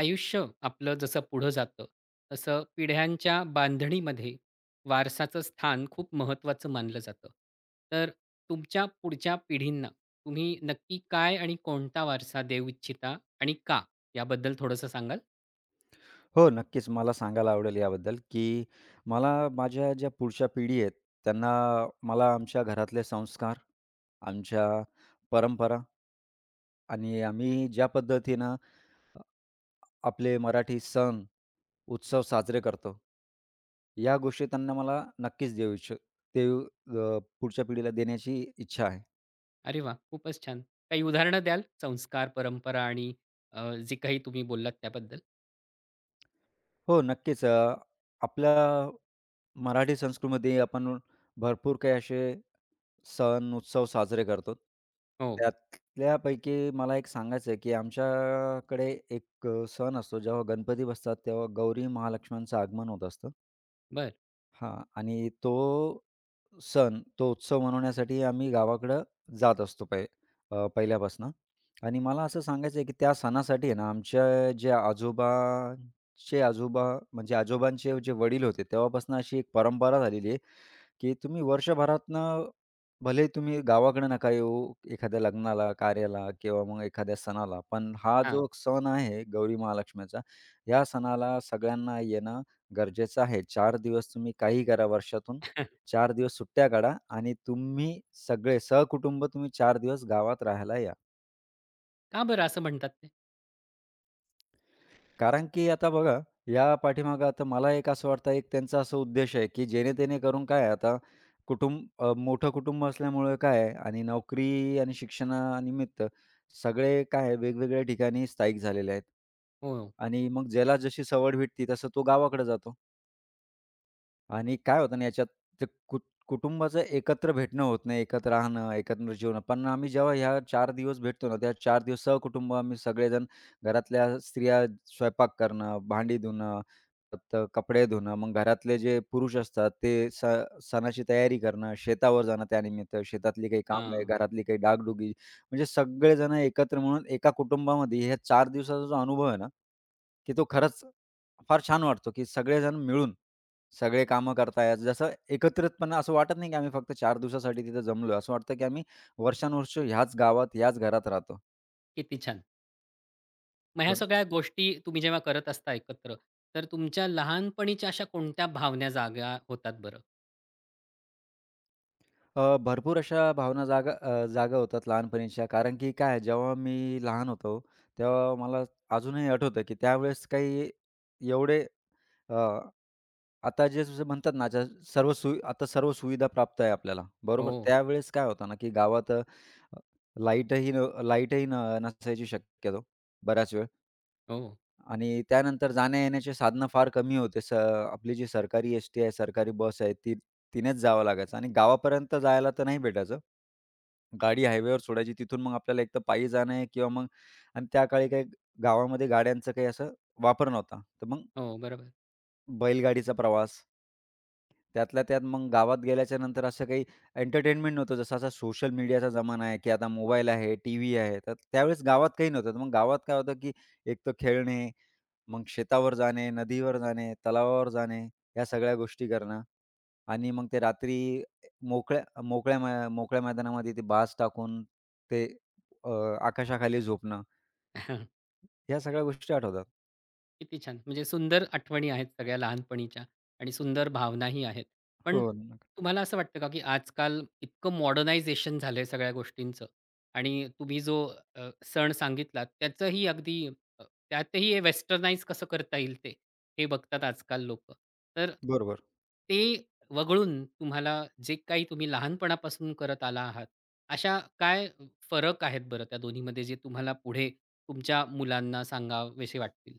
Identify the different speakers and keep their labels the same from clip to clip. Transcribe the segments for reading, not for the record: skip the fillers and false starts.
Speaker 1: आयुष्य आपलं जसं पुढं जातं तसं पिढ्यांच्या बांधणीमध्ये वारसाचं स्थान खूप महत्त्वाचं मानलं जातं. तर तुमच्या पुढच्या पिढींना तुम्ही नक्की काय आणि कोणता वारसा देऊ इच्छिता आणि का? याबद्दल थोडंसं सांगाल?
Speaker 2: हो, नक्कीच. मला सांगायला आवडेल याबद्दल, की मला माझ्या ज्या पुढच्या पिढी आहेत, त्यांना मला आमच्या घरातले संस्कार, आमच्या परंपरा आणि आम्ही ज्या पद्धतीनं आपले मराठी सण, उत्सव साजरे करतो, या गोष्टी त्यांना मला नक्कीच देऊ इच्छ देऊ अ, पुढच्या पिढीला देण्याची इच्छा आहे.
Speaker 1: अरे वाह! खूपच छान. काही उदाहरणं द्याल? संस्कार, परंपरा आणि अ, जे काही तुम्ही बोललात त्याबद्दल?
Speaker 2: हो, नक्कीच. आपल्या मराठी संस्कृतीमध्ये आपण भरपूर काही असे सण, उत्सव साजरे करतो.
Speaker 1: हो.
Speaker 2: त्यातल्यापैकी मला एक सांगायचं आहे, की आमच्याकडे एक सण असतो, जेव्हा गणपती बसतात, तेव्हा गौरी महालक्ष्म्यांचं आगमन होत असतं.
Speaker 1: बरं.
Speaker 2: हां आणि तो सण, तो उत्सव मनवण्यासाठी आम्ही गावाकडं जात असतो पहिल्यापासनं आणि मला असं सांगायचं आहे, की त्या सणासाठी आहे ना, आमच्या जे आजोबांचे आजोबा म्हणजे आजोबांचे जे वडील होते, तेव्हापासून अशी एक परंपरा झालेली आहे, की तुम्ही वर्षभरातनं भले तुम्ही गावाकडे नका येऊ एखाद्या लग्नाला, कार्याला किंवा मग एखाद्या सणाला, पण हा
Speaker 1: हां.
Speaker 2: जो सण आहे गौरी महालक्ष्मीचा, या सणाला सगळ्यांना येणं गरजेचं आहे. 4 दिवस तुम्ही काहीही करा वर्षातून, 4 दिवस सुट्ट्या काढा आणि तुम्ही सगळे सहकुटुंब तुम्ही 4 दिवस गावात राहायला या.
Speaker 1: का बरं असं म्हणतात ते?
Speaker 2: कारण की आता बघा, या पाठीमागं आता मला एक असं वाटतं, एक त्यांचा असा उद्देश आहे, की जेणे-तेणे करून काय आहे आता कुटुंब मोठं कुटुंब असल्यामुळे काय आहे आणि नोकरी आणि शिक्षणानिमित्त सगळे काय आहे, वेगवेगळ्या ठिकाणी स्थायिक झालेले आहेत.
Speaker 1: हो.
Speaker 2: आणि मग ज्याला जशी सवड भेटते, तसं तो गावाकडे जातो. आणि काय होतं ना याच्यात ते कुट कुटुंबाचं एकत्र भेटणं होत नाही, एकत्र राहणं, एकत्र जेवणं. पण आम्ही जेव्हा ह्या 4 दिवस भेटतो ना, त्या 4 दिवस सहकुटुंब आम्ही सगळेजण घरातल्या स्त्रिया स्वयंपाक करणं, भांडी धुणं, परत कपडे धुणं, मग घरातले जे पुरुष असतात ते स सणाची तयारी करणं, शेतावर जाणं त्यानिमित्त, शेतातली काही कामं आहे,
Speaker 1: हां.
Speaker 2: घरातली काही डागडुगी, म्हणजे सगळेजण एकत्र म्हणून एका कुटुंबामध्ये ह्या 4 दिवसाचा जो अनुभव आहे ना, की तो खरंच फार छान वाटतो, की सगळेजण मिळून सगळे कामं करतायत. जसं एकत्रितपणे असं वाटत नाही, की आम्ही फक्त 4 दिवसासाठी तिथं जमलोय. असं वाटतं, की आम्ही वर्षानुवर्षे ह्याच गावात, ह्याच घरात राहतो.
Speaker 1: किती छान. मग ह्या
Speaker 2: हं.
Speaker 1: सगळ्या गोष्टी तुम्ही जेव्हा करत असता एकत्र, तर तुमच्या लहानपणीच्या अशा कोणत्या भावना जागा होतात बरं?
Speaker 2: भरपूर अशा भावना जागा जागा होतात लहानपणीच्या. कारण की काय जेव्हा मी लहान होतो, तेव्हा मला अजूनही आठवतं, की त्यावेळेस काही एवढे आता जे जसं म्हणतात ना, आता सर्व सुविधा प्राप्त आहे आपल्याला, बरोबर?
Speaker 1: हो,
Speaker 2: त्यावेळेस काय होतं ना, की गावात लाईटही न नसायची शक्यतो बराच वेळ.
Speaker 1: हो,
Speaker 2: आणि त्यानंतर जाण्या-येण्याची साधनं फार कमी होते. आपली जी सरकारी एस-टी आहे, सरकारी बस आहे, ती तिनेच जावं लागायचं आणि गावापर्यंत जायला तर नाही भेटायचं. गाडी हायवेवर सोडायची. तिथून मग आपल्याला एकतर पायी जाणं आहे किंवा मग. आणि त्या काळी काही गावामध्ये गाड्यांचा काही असा वापर नव्हता. तर मग
Speaker 1: हो, बरोबर.
Speaker 2: बैलगाडीचा प्रवास. त्यातल्या त्यात मग गावात गेल्याच्या नंतर असं काही एंटरटेनमेंट नव्हतं. जसं असा सोशल मीडियाचा जमाना आहे, की आता मोबाईल आहे, टीव्ही आहे. तर त्यावेळेस गावात काही नव्हतं. तर मग गावात काय होतं, की एक तर खेळणे, मग शेतावर जाणे, नदीवर जाणे, तलावावर जाणे, या सगळ्या गोष्टी करणं आणि मग ते रात्री मोकळ्या मोकळ्या मै मोकळ्या मैदानामध्ये ते बाज टाकून ते अ, आकाशाखाली झोपणं, ह्या सगळ्या गोष्टी आठवतात.
Speaker 1: किती छान! म्हणजे सुंदर आठवणी आहेत सगळ्या लहानपणीच्या आणि सुंदर भावनाही आहेत.
Speaker 2: हो,
Speaker 1: पण
Speaker 2: नक्की.
Speaker 1: तुम्हाला असं वाटतं का, की आजकाल इतकं मॉडर्नायझेशन झालंय सगळ्या गोष्टींचं आणि तुम्ही जो सण सांगितलात त्याचंही अगदी अ, त्यातही हे वेस्टर्नाइज कसं करता येईल ते, हे बघतात आजकाल लोकं. तर
Speaker 2: बरोबर.
Speaker 1: ते वगळून तुम्हाला जे काही तुम्ही लहानपणापासून करत आला आहात, अशा काय फरक आहेत बरं त्या दोन्हीमध्ये जे तुम्हाला पुढे तुमच्या मुलांना सांगावेसे वाटतील?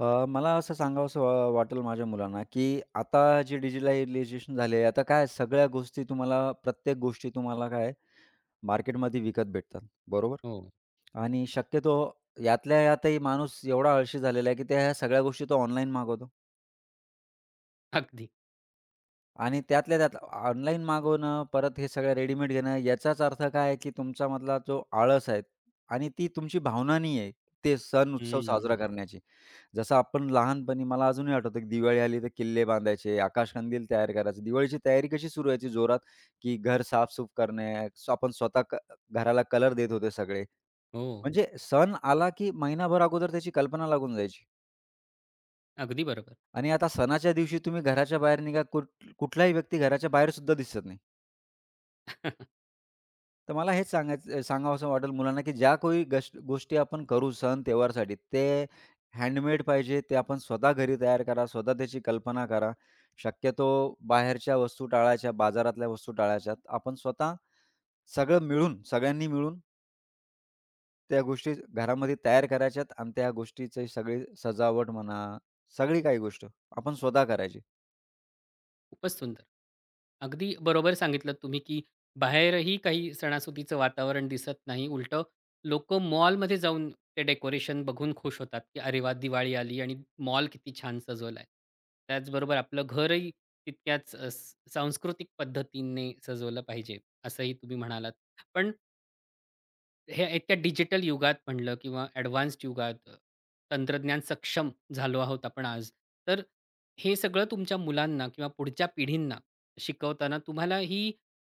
Speaker 2: मला असं सांगावसं वाटेल माझ्या मुलांना, की आता जे डिजिटलायझेशन झाले, आता काय सगळ्या गोष्टी तुम्हाला प्रत्येक गोष्टी तुम्हाला काय मार्केटमध्ये विकत भेटतात, बरोबर? आणि शक्यतो यातल्या यातही माणूस एवढा आळशी झालेला आहे, की त्या ह्या सगळ्या गोष्टी तो ऑनलाईन मागवतो.
Speaker 1: अगदी.
Speaker 2: आणि त्यातल्या त्यात ऑनलाईन मागवणं, परत हे सगळं रेडीमेड घेणं याचाच अर्थ काय आहे, की तुमच्यामधला जो आळस आहे आणि ती तुमची भावना नाही आहे, ते सण उत्सव साजरा
Speaker 1: हं.
Speaker 2: करण्याची. जसं आपण लहानपणी मला अजूनही आठवतं, की दिवाळी आली तर किल्ले बांधायचे, आकाशकंदील तयार करायचे. दिवाळीची तयारी कशी सुरू व्हायची जोरात, की घर साफ-सूफ करणे, आपण स्वतः घराला कलर देत होते सगळे.
Speaker 1: हो,
Speaker 2: म्हणजे सण आला, की महिनाभर अगोदर त्याची कल्पना लागून जायची
Speaker 1: अगदी बरोबर.
Speaker 2: आणि आता सणाच्या दिवशी तुम्ही घराच्या बाहेर निघा, कुठलाही व्यक्ती घराच्या बाहेर सुद्धा दिसत नाही. तर मला हेच सांगायचं सांगावसं वाटेल मुलांना, की ज्या काही गोष्टी आपण करू सण त्योहारसाठी, ते हँडमेड पाहिजे. ते आपण स्वतः घरी तयार करा, स्वतः त्याची कल्पना करा. शक्यतो बाहेरच्या वस्तू टाळायच्या, बाजारातल्या वस्तू टाळायच्या. आपण स्वतः सगळं मिळून, सगळ्यांनी मिळून त्या गोष्टी घरामध्ये तयार करायच्यात आणि त्या गोष्टीची सगळी सजावट म्हणा, सगळी काही गोष्ट आपण स्वतः करायची.
Speaker 1: खूपच सुंदर. अगदी बरोबर सांगितलत तुम्ही, की बाहेरही काही सणासुदीचं वातावरण दिसत नाही. उलटं लोकं मॉलमध्ये जाऊन ते डेकोरेशन बघून खुश होतात, की "अरे वाह! दिवाळी आली आणि मॉल किती छान सजवलाय." त्याचबरोबर आपलं घरही तितक्याच सांस्कृतिक पद्धतीने सजवलं पाहिजे, असंही तुम्ही म्हणालात. पण हे एकट्या डिजिटल युगात म्हणलं किंवा ॲडव्हान्स्ड युगात तंत्रज्ञान सक्षम झालो आहोत आपण आज. तर हे सगळं तुमच्या मुलांना किंवा पुढच्या पिढींना शिकवताना तुम्हाला ही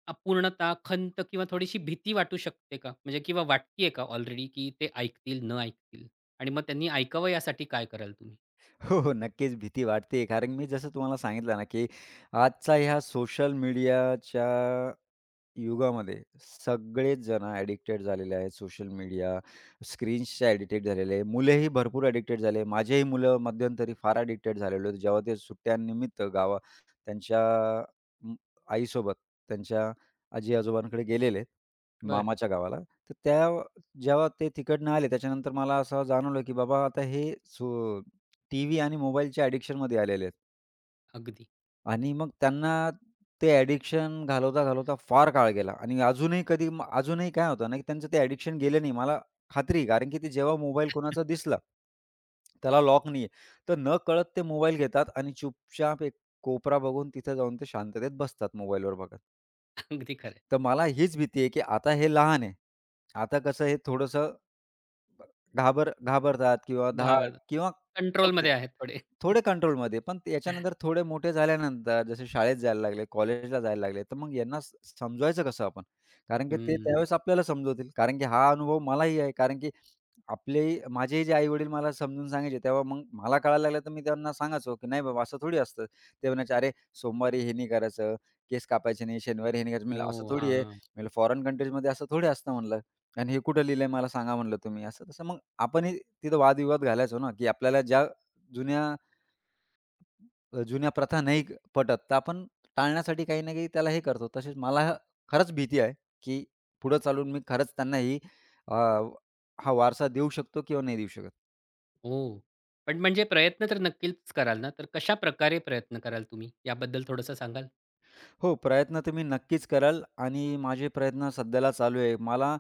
Speaker 1: अपूर्णता, खंत किंवा थोडीशी भीती वाटू शकते का? म्हणजे किंवा वाटतीये का ऑलरेडी, की ते ऐकतील, न ऐकतील? आणि मग त्यांनी ऐकावं यासाठी काय कराल तुम्ही?
Speaker 2: हो, हो. नक्कीच भीती वाटते. कारण मी जसं तुम्हाला सांगितलं ना, की आजचा ह्या सोशल मीडियाच्या युगामध्ये सगळेच जण ॲडिक्टेड झालेले आहेत. सोशल मीडिया, स्क्रीन्सच्या ॲडिक्टेड झालेले आहे. मुलंही भरपूर ॲडिक्टेड झाले. माझेही मुलं मध्यंतरी फार ॲडिक्टेड झालेले होते. जेव्हा ते सुट्ट्यांनिमित्त त्यांच्या अं, आईसोबत त्यांच्या आजी-आजोबांकडे गेलेले,
Speaker 1: बरं.
Speaker 2: मामाच्या गावाला. तर त्या जेव्हा ते तिकडनं आले त्याच्यानंतर मला असं जाणवलं, की बाबा आता हे सो टीव्ही आणि मोबाईलच्या ॲडिक्शनमध्ये आलेले आहेत.
Speaker 1: अगदी,
Speaker 2: आणि मग त्यांना ते ॲडिक्शन घालवता-घालवता फार काळ गेला आणि अजूनही कधी म अजूनही काय होतं ना, की त्यांचं ते ॲडिक्शन गेलं नाही. मला खात्री आहे. कारण की ते जेव्हा मोबाईल कोणाचा दिसला, त्याला लॉक नाहीये, तर नकळत ते मोबाईल घेतात आणि चुपचाप एक कोपरा बघून तिथे जाऊन ते शांततेत बसतात मोबाईलवर बघत.
Speaker 1: अगदी खरं.
Speaker 2: तर मला हीच भीती आहे, की आता हे लहान आहे. आता कसं हे थोडंसं घाबरतात किंवा
Speaker 1: घाबरतात.
Speaker 2: किंवा कुठले
Speaker 1: कंट्रोलमध्ये आहेत थोडे.
Speaker 2: थोडे कंट्रोलमध्ये. पण ते याच्यानंतर थोडे मोठे झाल्यानंतर जसे शाळेत जायला लागले, कॉलेजला जायला लागले, तर मग यांना समजवायचं कसं आपण? कारण की ते
Speaker 1: हं.
Speaker 2: त्यावेळेस आपल्याला समजवतील. कारण की हा अनुभव मलाही आहे. कारण की आपले माझेही जे आई-वडील मला समजून सांगायचे, तेव्हा मग मला कळायला लागलं, तर मी त्यांना सांगायचो, की "नाही बाबा, असं थोडी असतं." ते म्हणायचे, "अरे, सोमवारी हे नाही करायचं, केस कापायचे नाही, शनिवारी हे नाही करायचं." म्हणलं, "असं
Speaker 1: हो.
Speaker 2: थोडी आहे."
Speaker 1: हां.
Speaker 2: म्हणलं, "फॉरेन कंट्रीजमध्ये असं थोडी असतं." म्हणलं. आणि हे कुठं लिहिलंय मला सांगा म्हणलं तुम्ही, असं तसं. मग आपणही तिथं वादविवाद घालायचो ना, की आपल्याला ज्या जुन्या जुन्या प्रथा नाही पटत, तर आपण टाळण्यासाठी काही ना काही त्याला हे करतो. तसेच मला खरंच भीती आहे, की पुढं चालून मी खरंच त्यांना अ, हा वारसा देऊ शकतो किंवा नाही देऊ शकत.
Speaker 1: ओह! पण म्हणजे प्रयत्न तर नक्कीच कराल ना? तर कशा प्रकारे प्रयत्न कराल तुम्ही? याबद्दल थोडंसं सांगाल?
Speaker 2: हो, प्रयत्न तर नक्कीच कराल आणि माझे प्रयत्न सध्याला चालू आहे. मला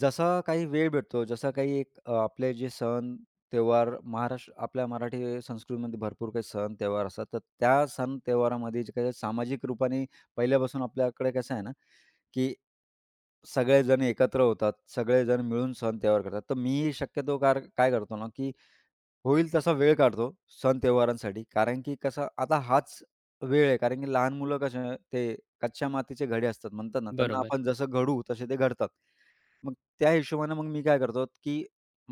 Speaker 2: जसा काही वेळ भेटतो, जसा काही एक आपले जे सण, त्योहार महाराष्ट्र आपल्या मराठी संस्कृतीमध्ये भरपूर काही सण, त्योहार असतात. तर त्या सण त्योहारामध्ये जे काही सामाजिक रूपाने पहिल्यापासून आपल्याकडे कसं आहे ना, की सगळेजण एकत्र होतात, सगळेजण मिळून सण त्योहार करतात. तर मी शक्यतो काय करतो ना, की होईल तसा वेळ काढतो सण त्योहारांसाठी. कारण की कसं आता हाच वेळ आहे. कारण की लहान मुलं कसे ते कच्च्या मातीचे घडे असतात म्हणतात ना, त्यांना
Speaker 1: बरोबर.
Speaker 2: आपण जसं घड़ू, तसे ते घडतात. मग त्या हिशोबाने मग मी काय करतो, की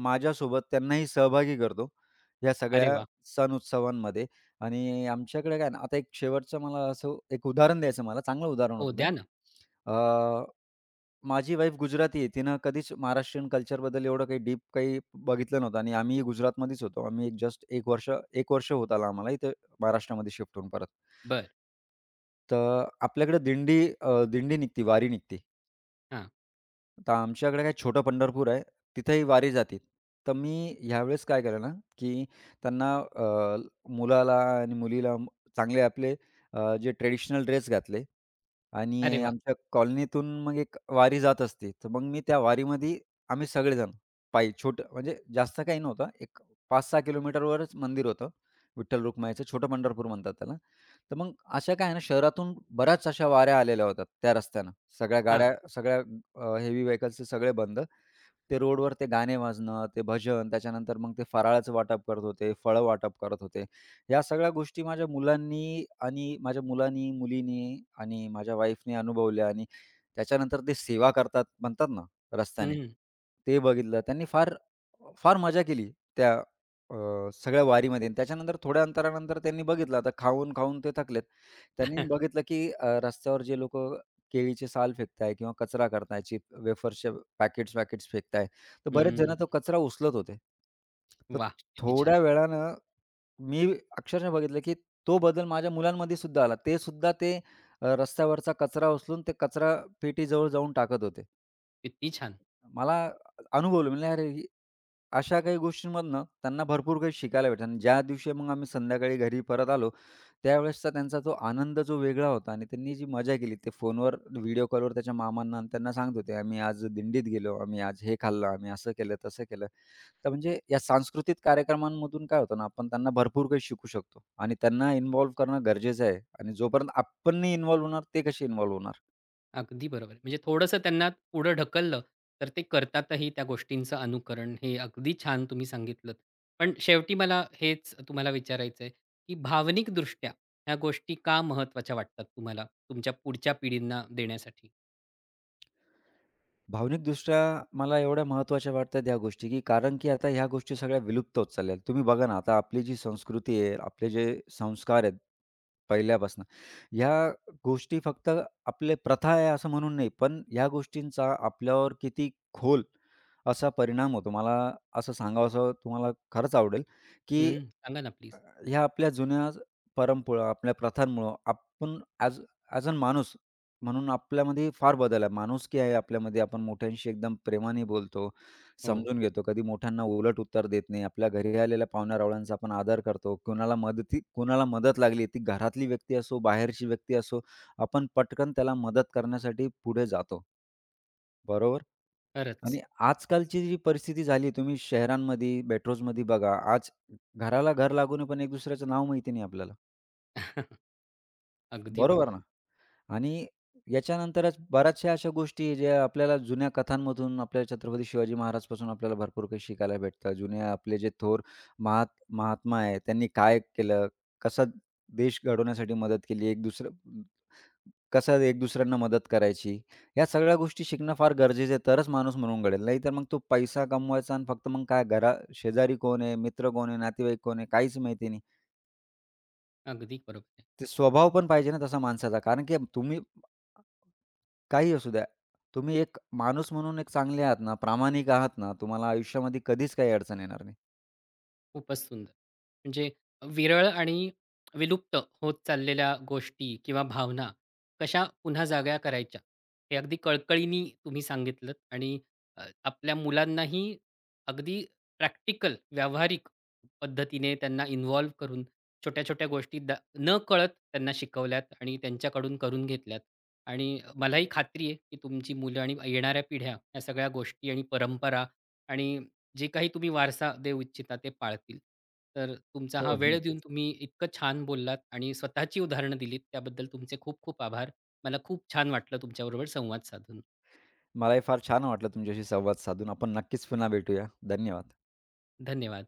Speaker 2: माझ्यासोबत त्यांनाही सहभागी करतो या
Speaker 1: अरे
Speaker 2: सगळ्या
Speaker 1: वाह!
Speaker 2: सण उत्सवांमध्ये आणि आमच्याकडे काय ना, आता एक शेवटचं मला असं एक उदाहरण द्यायचं मला, चांगलं उदाहरण
Speaker 1: हो,
Speaker 2: होतं ते.
Speaker 1: द्या ना.
Speaker 2: अ, माझी वाईफ गुजराती आहे. तिनं कधीच महाराष्ट्रीयन कल्चरबद्दल एवढं काही डीप काही बघितलं नव्हतं आणि आम्हीही गुजरातमध्येच होतो. आम्ही एक जस्ट 1 वर्ष होत आलं आम्हाला इथे महाराष्ट्रामध्ये शिफ्ट होऊन परत.
Speaker 1: बरं.
Speaker 2: तर आपल्याकडे दिंडी निघते, वारी निघते.
Speaker 1: हां.
Speaker 2: तर आमच्याकडे काय छोटं पंढरपूर आहे, तिथेही वारी जाते. तर मी ह्यावेळेस काय केलं ना, की त्यांना मुलाला आणि मुलीला चांगले आपले जे ट्रेडिशनल ड्रेस घातले
Speaker 1: अरे
Speaker 2: आणि
Speaker 1: वाह!
Speaker 2: आमच्या कॉलनीतून मग एक वारी जात असते. तर मग मी त्या वारीमध्ये आम्ही सगळेजण पायी छोटं म्हणजे जास्त काही नव्हतं. एक 5-6 किलोमीटरवरच मंदिर होतं, विठ्ठल रुक्माईचं. छोटं पंढरपूर म्हणतात त्याला. तर मग अशा काय आहे ना, शहरातून बऱ्याच अशा वाऱ्या आलेल्या होत्या त्या रस्त्यानं. सगळ्या
Speaker 1: हां.
Speaker 2: गाड्या, सगळ्या हेवी व्हेकल्सचे सगळे बंद. ते रोडवर ते गाणे वाजणं, ते भजन, त्याच्यानंतर मग ते फराळाचं वाटप करत होते, फळं वाटप करत होते. या सगळ्या गोष्टी माझ्या मुलांनी आणि माझ्या मुलांनी, मुलींनी आणि माझ्या वाईफनी अनुभवल्या आणि त्याच्यानंतर ते सेवा करतात म्हणतात ना रस्त्याने,
Speaker 1: हं.
Speaker 2: ते बघितलं. त्यांनी फार फार मजा केली त्या अ, सगळ्या वारीमध्ये. आणि त्याच्यानंतर थोड्या अंतरानंतर त्यांनी बघितलं, आता खाऊन-खाऊन ते थकलेत. त्यांनी बघितलं की रस्त्यावर जे लोकं केळीची साल फेकताय किंवा कचरा करताय, चिप वेफर्सचे पॅकेट्स-वॅकेट्स फेकताय. तर बरेच बरोबर.
Speaker 1: हं. वाह!
Speaker 2: जण तो कचरा उचलत होते. तर
Speaker 1: किती छान,
Speaker 2: थोड्या वेळानं मी अक्षरशः बघितलं, की तो बदल माझ्या मुलांमध्ये सुद्धा आला. ते सुद्धा ते रस्त्यावरचा कचरा उचलून ते कचरा पेटीजवळ जाऊन टाकत होते.
Speaker 1: किती छान.
Speaker 2: मला अनुभवलं म्हणलं, "अरे! अशा काही गोष्टींमधनं त्यांना भरपूर काही शिकायला भेटतं आणि ज्या दिवशी मग आम्ही संध्याकाळी घरी परत आलो, त्यावेळेसचा त्यांचा तो आनंद जो वेगळा होता आणि त्यांनी जी मजा केली ते फोनवर व्हिडिओ कॉलवर त्याच्या मामांना आणि त्यांना सांगत होते, "आम्ही आज दिंडीत गेलो, आम्ही आज हे खाल्लं, आम्ही असं केलं, तसं केलं." तर म्हणजे या सांस्कृतिक कार्यक्रमांमधून काय होतं ना, आपण त्यांना भरपूर काही शिकू शकतो आणि त्यांना इन्व्हॉल्व करणं गरजेचं आहे आणि जोपर्यंत आपण नाही इन्व्हॉल्व होणार, ते कसे इन्व्हॉल्व होणार?
Speaker 1: अगदी बरोबर. म्हणजे थोडंसं त्यांना पुढं ढकललं, तर ते करतातही त्या गोष्टींचं अनुकरण. हे अगदी छान तुम्ही सांगितलत. पण शेवटी मला हेच तुम्हाला विचारायचंय, की भावनिकदृष्ट्या ह्या गोष्टी का महत्त्वाच्या वाटतात तुम्हाला, तुमच्या पुढच्या पिढींना देण्यासाठी?
Speaker 2: भावनिकदृष्ट्या मला एवढ्या महत्त्वाच्या वाटतात ह्या गोष्टी, की कारण की आता ह्या गोष्टी सगळ्या विलुप्त होत चालल्या तुम्ही बघा ना, आता आपली जी संस्कृती आहे, आपले जे संस्कार आहेत पहिल्यापासून, ह्या गोष्टी फक्त आपले प्रथा आहे असं म्हणून नाही, पण ह्या गोष्टींचा आपल्यावर किती खोल असा परिणाम होतो. मला असं सांगावसं तुम्हाला खरंच आवडेल, की
Speaker 1: हं, सांगा ना प्लीज.
Speaker 2: ह्या आपल्या जुन्या परंपरा, आपल्या प्रथांमुळं आपण ॲज ॲज अ माणूस म्हणून आपल्यामध्ये फार बदल आहे. माणुसकी आहे आपल्यामध्ये. आपण मोठ्यांशी एकदम प्रेमाने बोलतो,
Speaker 1: हो,
Speaker 2: समजून घेतो. कधी मोठ्यांना उलट उत्तर देत नाही. आपल्या घरी आलेल्या पाहुण्यारावळ्यांचा आपण आदर करतो. कोणाला मदत लागली, ती घरातली व्यक्ती असो, बाहेरची व्यक्ती असो, आपण पटकन त्याला मदत करण्यासाठी पुढे जातो. बरोबर?
Speaker 1: खरंच.
Speaker 2: आणि आजकालची जी परिस्थिती झाली, तुम्ही शहरांमध्ये, मेट्रोजमध्ये बघा, आज घराला घर लागून पण एक दुसऱ्याचं नाव माहिती नाही आपल्याला.
Speaker 1: अगदी
Speaker 2: बरोबर
Speaker 1: बरोबर,
Speaker 2: ना. आणि याच्यानंतरच बऱ्याचशा अशा गोष्टी आहे, ज्या आपल्याला जुन्या कथांमधून आपल्या छत्रपती शिवाजी महाराजपासून आपल्याला भरपूर काही शिकायला भेटतं. जुने आपले जे थोर महात महात्मा आहे, त्यांनी काय केलं? कसा देश घडवण्यासाठी मदत केली? एक दुसरं कसा एक दुसऱ्यांना मदत करायची? या सगळ्या गोष्टी शिकणं फार गरजेचं आहे, तरच माणूस म्हणून घडेल. नाहीतर मग तो पैसा कमवायचा आणि फक्त मग काय घरा शेजारी कोण आहे? मित्र कोण आहे? नातेवाईक कोण आहे? काहीच माहिती नाही.
Speaker 1: अगदी बरोबर.
Speaker 2: ते स्वभाव पण पाहिजे ना तसा माणसाचा. कारण की तुम्ही काही असू द्या. तुम्ही एक माणूस म्हणून एक चांगले आहात ना, प्रामाणिक आहात ना, तुम्हाला आयुष्यामध्ये कधीच काही अडचण येणार नाही.
Speaker 1: खूपच सुंदर. म्हणजे विरळ आणि विलुप्त होत चाललेल्या गोष्टी किंवा भावना कशा पुन्हा जाग्या करायच्या, हे अगदी कळकळीने तुम्ही सांगितलंत आणि आपल्या मुलांनाही अगदी प्रॅक्टिकल, व्यावहारिक पद्धतीने त्यांना इन्व्हॉल्व करून छोट्या-छोट्या गोष्टी दा नकळत त्यांना शिकवल्यात आणि त्यांच्याकडून करून घेतल्यात. आणि मलाही खात्री आहे, की तुमची मुलं आणि येणाऱ्या पिढ्या या सगळ्या गोष्टी आणि परंपरा आणि जे काही तुम्ही वारसा देऊ इच्छिता ते पाळतील. तर तुमचा हा
Speaker 2: हो,
Speaker 1: वेळ देऊन
Speaker 2: नक्कीच.
Speaker 1: तुम्ही इतकं छान बोललात आणि स्वतःची उदाहरणं दिलीत त्याबद्दल तुमचे खूप खूप आभार. मला खूप छान वाटलं तुमच्याबरोबर संवाद साधून.
Speaker 2: मलाही फार छान वाटलं तुमच्याशी संवाद साधून. आपण नक्कीच पुन्हा भेटूया. धन्यवाद.
Speaker 1: धन्यवाद.